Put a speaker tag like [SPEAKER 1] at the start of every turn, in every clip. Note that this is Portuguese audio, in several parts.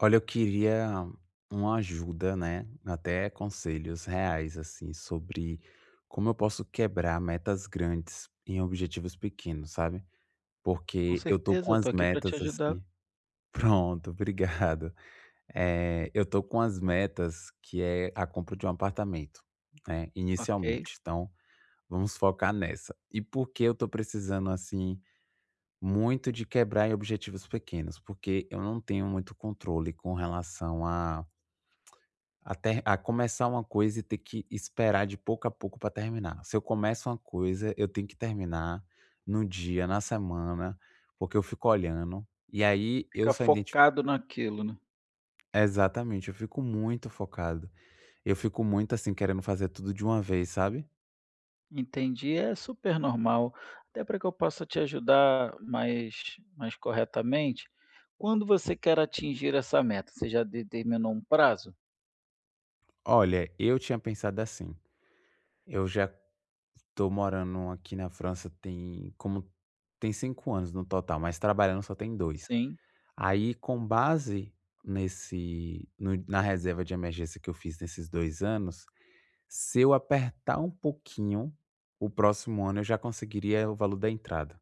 [SPEAKER 1] Olha, eu queria uma ajuda, né? Até conselhos reais, assim, sobre como eu posso quebrar metas grandes em objetivos pequenos, sabe?
[SPEAKER 2] Com
[SPEAKER 1] Porque eu tô com
[SPEAKER 2] certeza,
[SPEAKER 1] as
[SPEAKER 2] estou aqui para
[SPEAKER 1] metas
[SPEAKER 2] te ajudar.
[SPEAKER 1] assim. Pronto, obrigado. É, eu tô com as metas que é a compra de um apartamento, né?
[SPEAKER 2] Ok,
[SPEAKER 1] Inicialmente. Então, vamos focar nessa. E por que eu tô precisando, assim, muito de quebrar em objetivos pequenos? Porque eu não tenho muito controle com relação a ter a começar uma coisa e ter que esperar de pouco a pouco para terminar. Se eu começo uma coisa, eu tenho que terminar no dia, na semana, porque eu fico olhando, e aí eu
[SPEAKER 2] fica
[SPEAKER 1] só identifi
[SPEAKER 2] focado naquilo, né.
[SPEAKER 1] exatamente, eu fico muito focado. Eu fico muito, assim, querendo fazer tudo de uma vez, sabe.
[SPEAKER 2] Entendi, é super normal, até para que eu possa te ajudar mais corretamente. Quando você quer atingir essa meta, você já determinou um prazo?
[SPEAKER 1] Olha, eu tinha pensado assim, eu já tô morando aqui na França tem 5 anos no total, mas trabalhando só tem dois.
[SPEAKER 2] Sim,
[SPEAKER 1] Aí, com base nesse no na reserva de emergência que eu fiz nesses 2 anos, se eu apertar um pouquinho, o próximo ano eu já conseguiria o valor da entrada,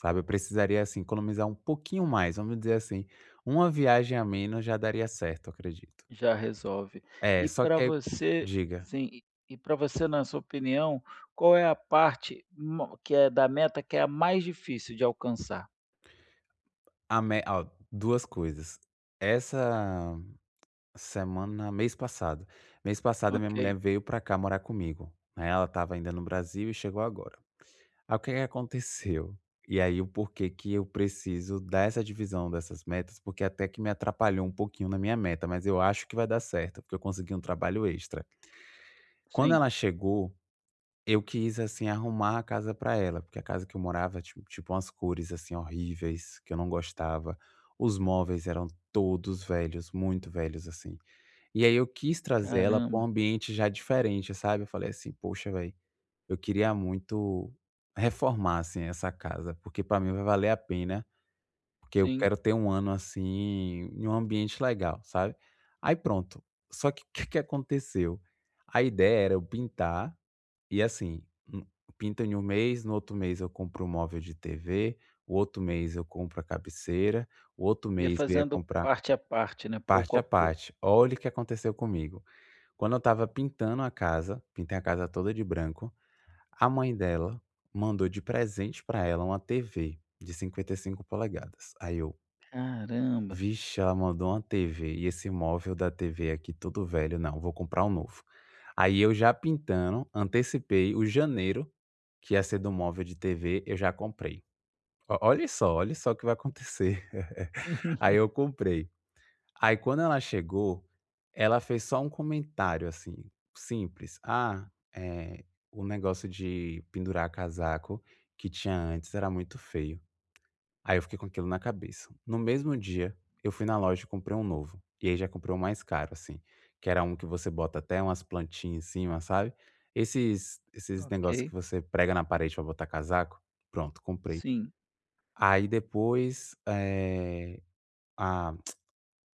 [SPEAKER 1] sabe. Eu precisaria, assim, economizar um pouquinho mais, vamos dizer assim, uma viagem a menos já daria certo, eu acredito.
[SPEAKER 2] já resolve.
[SPEAKER 1] É,
[SPEAKER 2] E
[SPEAKER 1] só que
[SPEAKER 2] para
[SPEAKER 1] aí
[SPEAKER 2] você
[SPEAKER 1] diga.
[SPEAKER 2] sim, e para você, na sua opinião, qual é a parte ma que é da meta que é a mais difícil de alcançar?
[SPEAKER 1] A me Ó, duas coisas. Essa semana mês passado Mês passado a minha
[SPEAKER 2] Ok,
[SPEAKER 1] mulher veio pra cá morar comigo, né, ela estava ainda no Brasil e chegou agora. Aí o que que aconteceu? E aí o porquê que eu preciso dessa divisão dessas metas, porque até que me atrapalhou um pouquinho na minha meta, mas eu acho que vai dar certo, porque eu consegui um trabalho extra. Quando
[SPEAKER 2] sim,
[SPEAKER 1] ela chegou, eu quis assim arrumar a casa para ela, porque a casa que eu morava tipo umas cores assim horríveis que eu não gostava. Os móveis eram todos velhos, muito velhos assim. E aí eu quis trazer ela para um
[SPEAKER 2] caramba,
[SPEAKER 1] ambiente já diferente, sabe. Eu falei assim: "Poxa, velho, eu queria muito reformar, assim, essa casa, porque para mim vai valer a pena, porque eu
[SPEAKER 2] sim.
[SPEAKER 1] quero ter um ano, assim, em um ambiente legal", sabe. Aí pronto, só que o que que aconteceu? A ideia era eu pintar e, assim, hum, pinto em um mês, no outro mês eu compro um móvel de TV, o outro mês eu compro a cabeceira, o outro
[SPEAKER 2] Ia
[SPEAKER 1] mês eu ia
[SPEAKER 2] fazendo
[SPEAKER 1] comprar
[SPEAKER 2] parte a parte, né, pouco
[SPEAKER 1] parte
[SPEAKER 2] a
[SPEAKER 1] a
[SPEAKER 2] pouco.
[SPEAKER 1] parte. Olha o que aconteceu comigo. Quando eu estava pintando a casa, pintei a casa toda de branco, a mãe dela mandou de presente pra ela uma TV de 55 polegadas. Aí eu:
[SPEAKER 2] Caramba.
[SPEAKER 1] "Vixe, ela mandou uma TV e esse móvel da TV aqui todo velho, não, vou comprar um novo". Aí eu já pintando, antecipei o janeiro, que ia ser do móvel de TV, eu já comprei. O olhe só o que vai acontecer. Aí eu comprei. Aí quando ela chegou, ela fez só um comentário, assim, simples: "Ah, eh, o negócio de pendurar casaco que tinha antes era muito feio". Aí eu fiquei com aquilo na cabeça. No mesmo dia, eu fui na loja e comprei um novo, e aí já comprei o mais caro, assim, que era um que você bota até umas plantinhas em cima, sabe? Esses negócios que
[SPEAKER 2] Ok,
[SPEAKER 1] você prega na parede pra botar casaco. Pronto, comprei.
[SPEAKER 2] sim.
[SPEAKER 1] Aí depois, eh, a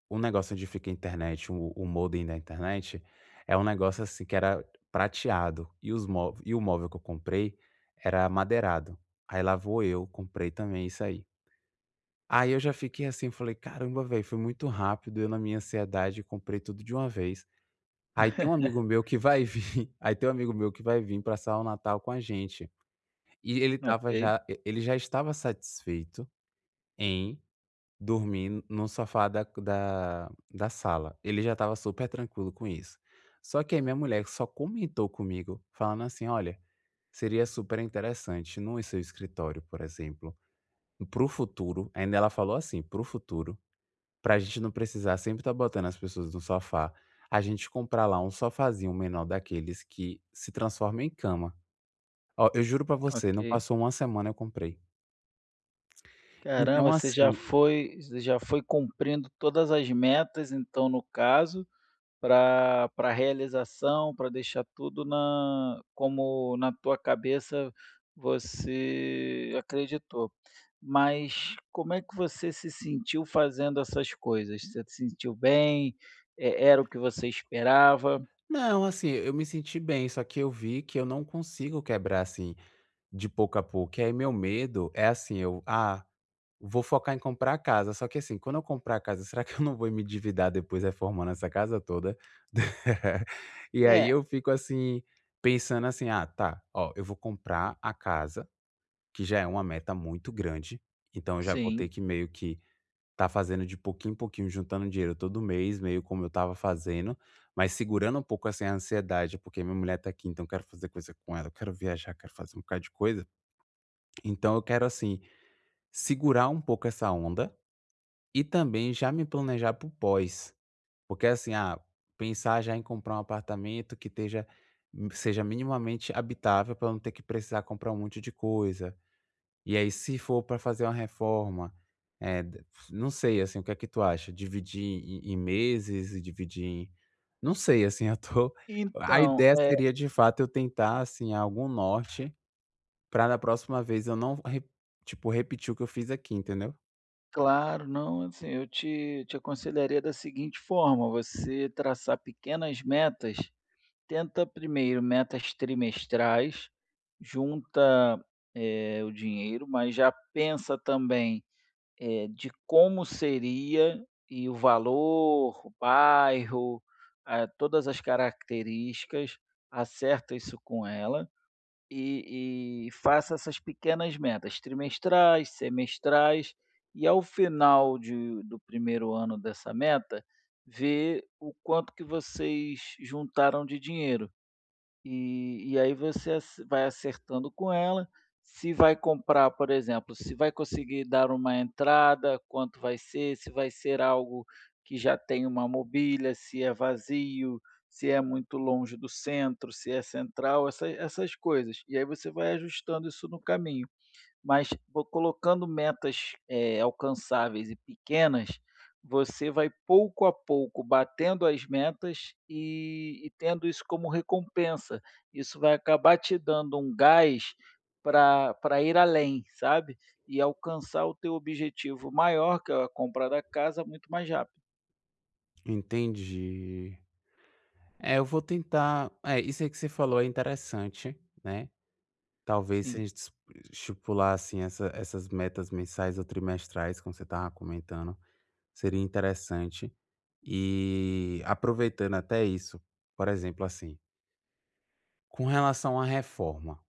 [SPEAKER 1] o negócio onde fica a internet, o modem da internet, é um negócio, assim, que era prateado e os mó e o móvel que eu comprei era madeirado. Aí lá vou eu, comprei também isso aí. Aí eu já fiquei assim, falei: "Caramba, velho, foi muito rápido, eu na minha ansiedade comprei tudo de uma vez". Aí tem um amigo meu que vai vir aí tem um amigo meu que vai vir passar o Natal com a gente,
[SPEAKER 2] Ok,
[SPEAKER 1] e ele já estava satisfeito em Dormi no sofá da sala. Ele já estava super tranquilo com isso. Só que aí minha mulher só comentou comigo, falando assim: "Olha, seria super interessante no seu escritório, por exemplo, para o futuro" ainda ela falou assim: "Para o futuro, para a gente não precisar sempre estar botando as pessoas no sofá, a gente comprar lá um sofazinho menor daqueles que se transforma em cama". Ó, eu juro pra você, não
[SPEAKER 2] ok.
[SPEAKER 1] passou uma semana eu comprei. Então
[SPEAKER 2] Caramba, você
[SPEAKER 1] assim
[SPEAKER 2] já foi você já foi cumprindo todas as metas, então, no caso, para realização, para deixar tudo na como na tua cabeça você acreditou. Mas como é que você se sentiu fazendo essas coisas? Você se sentiu bem? E era o que você esperava?
[SPEAKER 1] Não, assim, eu me senti bem, só que eu vi que eu não consigo quebrar, assim, de pouco a pouco. E aí meu medo é assim, eu, ah, vou focar em comprar a casa. Só que assim, quando eu comprar a casa, será que eu não vou me endividar depois reformando essa casa toda? E aí
[SPEAKER 2] É,
[SPEAKER 1] eu fico assim, pensando assim, ah, tá, ó, eu vou comprar a casa, que já é uma meta muito grande, então eu já vou ter
[SPEAKER 2] sim.
[SPEAKER 1] que meio que tá fazendo de pouquinho em pouquinho, juntando dinheiro todo mês, meio como eu tava fazendo, mas segurando um pouco, assim, a ansiedade, porque minha mulher tá aqui, então eu quero fazer coisa com ela, eu quero viajar, quero fazer um bocado de coisa. Então eu quero, assim, segurar um pouco essa onda e também já me planejar para pós. Porque assim, ah, pensar já em comprar um apartamento que esteja seja minimamente habitável para não ter que precisar comprar um monte de coisa. E aí se for para fazer uma reforma, eh, d não sei, assim, o que é que tu acha? Dividir em meses e dividir em não sei, assim, eu tô a
[SPEAKER 2] Então,
[SPEAKER 1] ideia
[SPEAKER 2] é
[SPEAKER 1] seria de fato eu tentar, assim, algum norte para da próxima vez eu não re tipo, repetir o que eu fiz aqui, entendeu?
[SPEAKER 2] claro, não, assim, te aconselharia da seguinte forma: você traçar pequenas metas, tenta primeiro metas trimestrais, junta o dinheiro, mas já pensa também de como seria e o valor, o bairro, ah, todas as características, acerta isso com ela. E faça essas pequenas metas trimestrais, semestrais e ao final de do primeiro ano dessa meta, ver o quanto que vocês juntaram de dinheiro. E aí você ace vai acertando com ela, se vai comprar, por exemplo, se vai conseguir dar uma entrada, quanto vai ser, se vai ser algo que já tem uma mobília, se é vazio, se é muito longe do centro, se é central, essas coisas. E aí você vai ajustando isso no caminho. Mas vo colocando metas, alcançáveis e pequenas, você vai pouco a pouco batendo as metas e tendo isso como recompensa. Isso vai acabar te dando um gás para pra ir além, sabe, e alcançar o teu objetivo maior, que é a compra da casa, muito mais rápido.
[SPEAKER 1] Entendi. É, eu vou tentar é, isso aí que você falou é interessante, né, talvez se a
[SPEAKER 2] Sim,
[SPEAKER 1] gente es estipular, assim, essas metas mensais ou trimestrais, como você estava comentando seria interessante. E aproveitando até isso, por exemplo, assim, com relação à reforma,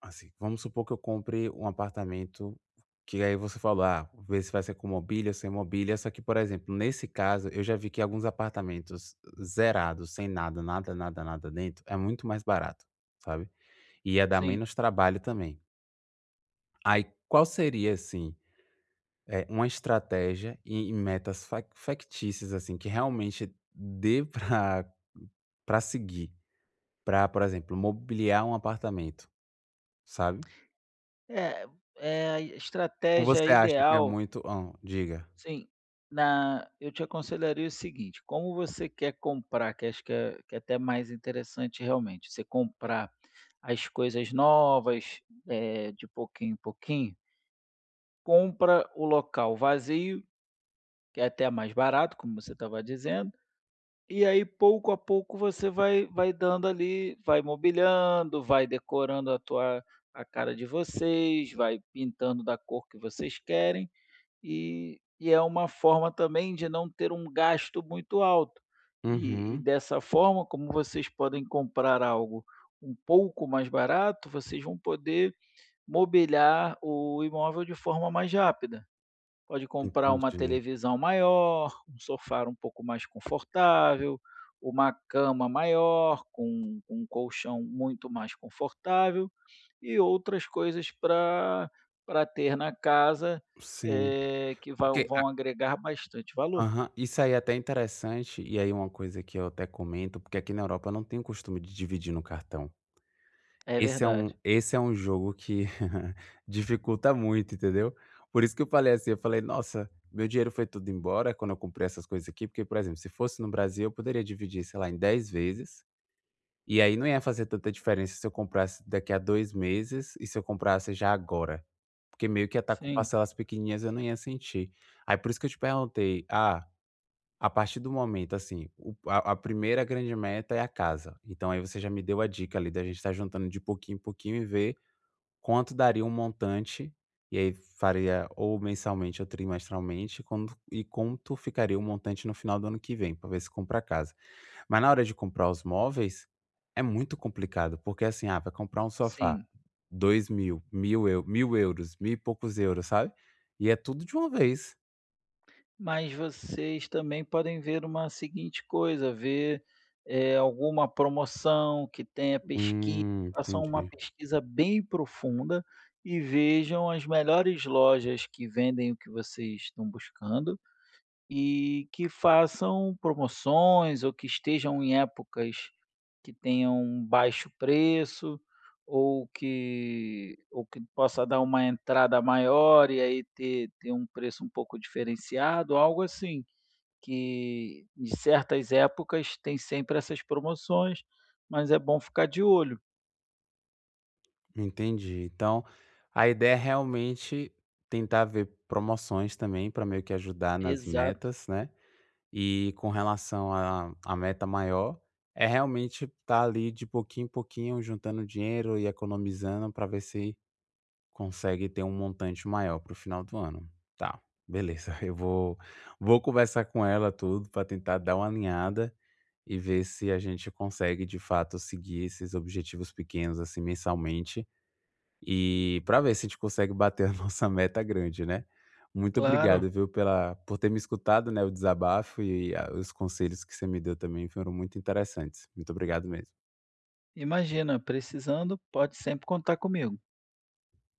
[SPEAKER 1] assim, vamos supor que eu compre um apartamento que aí você falou, ah, ver se vai ser com mobília, ou sem mobília. Só que, por exemplo, nesse caso, eu já vi que alguns apartamentos zerados, sem nada, nada, nada, nada dentro, é muito mais barato, sabe? E ia dar
[SPEAKER 2] sim.
[SPEAKER 1] menos trabalho também. Aí, qual seria, assim, é, uma estratégia e metas factícias, assim, que realmente dê para para seguir, para por exemplo, mobiliar um apartamento, sabe.
[SPEAKER 2] É, a
[SPEAKER 1] Ou
[SPEAKER 2] estratégia
[SPEAKER 1] você acha que é
[SPEAKER 2] ideal.
[SPEAKER 1] muito diga.
[SPEAKER 2] Sim, na eu te aconselharia o seguinte, como você quer comprar, que acho que é até mais interessante realmente, você comprar as coisas novas, de pouquinho em pouquinho, compra o local vazio, que é até mais barato, como você estava dizendo, e aí pouco a pouco você vai dando ali, vai mobiliando, vai decorando a cara de vocês, vai pintando da cor que vocês querem, e é uma forma também de não ter um gasto muito alto. E
[SPEAKER 1] Uhum,
[SPEAKER 2] dessa forma, como vocês podem comprar algo um pouco mais barato, vocês vão poder mobiliar o imóvel de forma mais rápida. Pode comprar uma
[SPEAKER 1] entendi.
[SPEAKER 2] televisão maior, um sofá um pouco mais confortável, uma cama maior, com um colchão muito mais confortável e outras coisas para ter na casa,
[SPEAKER 1] Sim,
[SPEAKER 2] que vão
[SPEAKER 1] porque a
[SPEAKER 2] vão agregar bastante valor.
[SPEAKER 1] aham, isso aí é até interessante, e aí uma coisa que eu até comento, porque aqui na Europa eu não tenho o costume de dividir no cartão.
[SPEAKER 2] É
[SPEAKER 1] Esse é um
[SPEAKER 2] verdade.
[SPEAKER 1] esse é um jogo que dificulta muito, entendeu? Por isso que eu falei assim, eu falei: "Nossa, meu dinheiro foi tudo embora quando eu comprei essas coisas aqui", porque, por exemplo, se fosse no Brasil, eu poderia dividir, sei lá, em 10 vezes, e aí não ia fazer tanta diferença se eu comprasse daqui a 2 meses e se eu comprasse já agora, porque meio que ia estar com
[SPEAKER 2] Sim,
[SPEAKER 1] parcelas pequenininhas, eu não ia sentir. Aí por isso que eu te perguntei: "Ah, a partir do momento, assim, o a primeira grande meta é a casa", então aí você já me deu a dica ali da gente estar juntando de pouquinho em pouquinho e ver quanto daria um montante, e aí faria ou mensalmente ou trimestralmente, quando e quanto ficaria o montante no final do ano que vem, para ver se compra a casa. Mas na hora de comprar os móveis, é muito complicado, porque assim, ah, vai comprar um sofá,
[SPEAKER 2] sim.
[SPEAKER 1] 2.000, mil mil, eu 1.000€, 1.000 e poucos euros, sabe. E é tudo de uma vez.
[SPEAKER 2] Mas vocês também podem ver uma seguinte coisa, ver, alguma promoção que tenha pesquisa,
[SPEAKER 1] Hum,
[SPEAKER 2] façam uma
[SPEAKER 1] entendi,
[SPEAKER 2] pesquisa bem profunda e vejam as melhores lojas que vendem o que vocês estão buscando e que façam promoções ou que estejam em épocas que tenham um baixo preço ou que possa dar uma entrada maior e aí ter um preço um pouco diferenciado, algo assim, que em certas épocas tem sempre essas promoções, mas é bom ficar de olho.
[SPEAKER 1] entendi. Então, a ideia é realmente tentar ver promoções também para meio que ajudar nas
[SPEAKER 2] Exato,
[SPEAKER 1] metas, né. E com relação à meta maior, é realmente estar ali de pouquinho em pouquinho, juntando dinheiro e economizando para ver se consegue ter um montante maior para o final do ano. Tá, beleza. Vou conversar com ela tudo para tentar dar uma alinhada e ver se a gente consegue de fato seguir esses objetivos pequenos assim mensalmente e para ver se a gente consegue bater a nossa meta grande, né. Muito
[SPEAKER 2] claro.
[SPEAKER 1] obrigado, viu, pela por ter me escutado, né, o desabafo e a os conselhos que você me deu também foram muito interessantes. Muito obrigado mesmo.
[SPEAKER 2] Imagina, precisando, pode sempre contar comigo.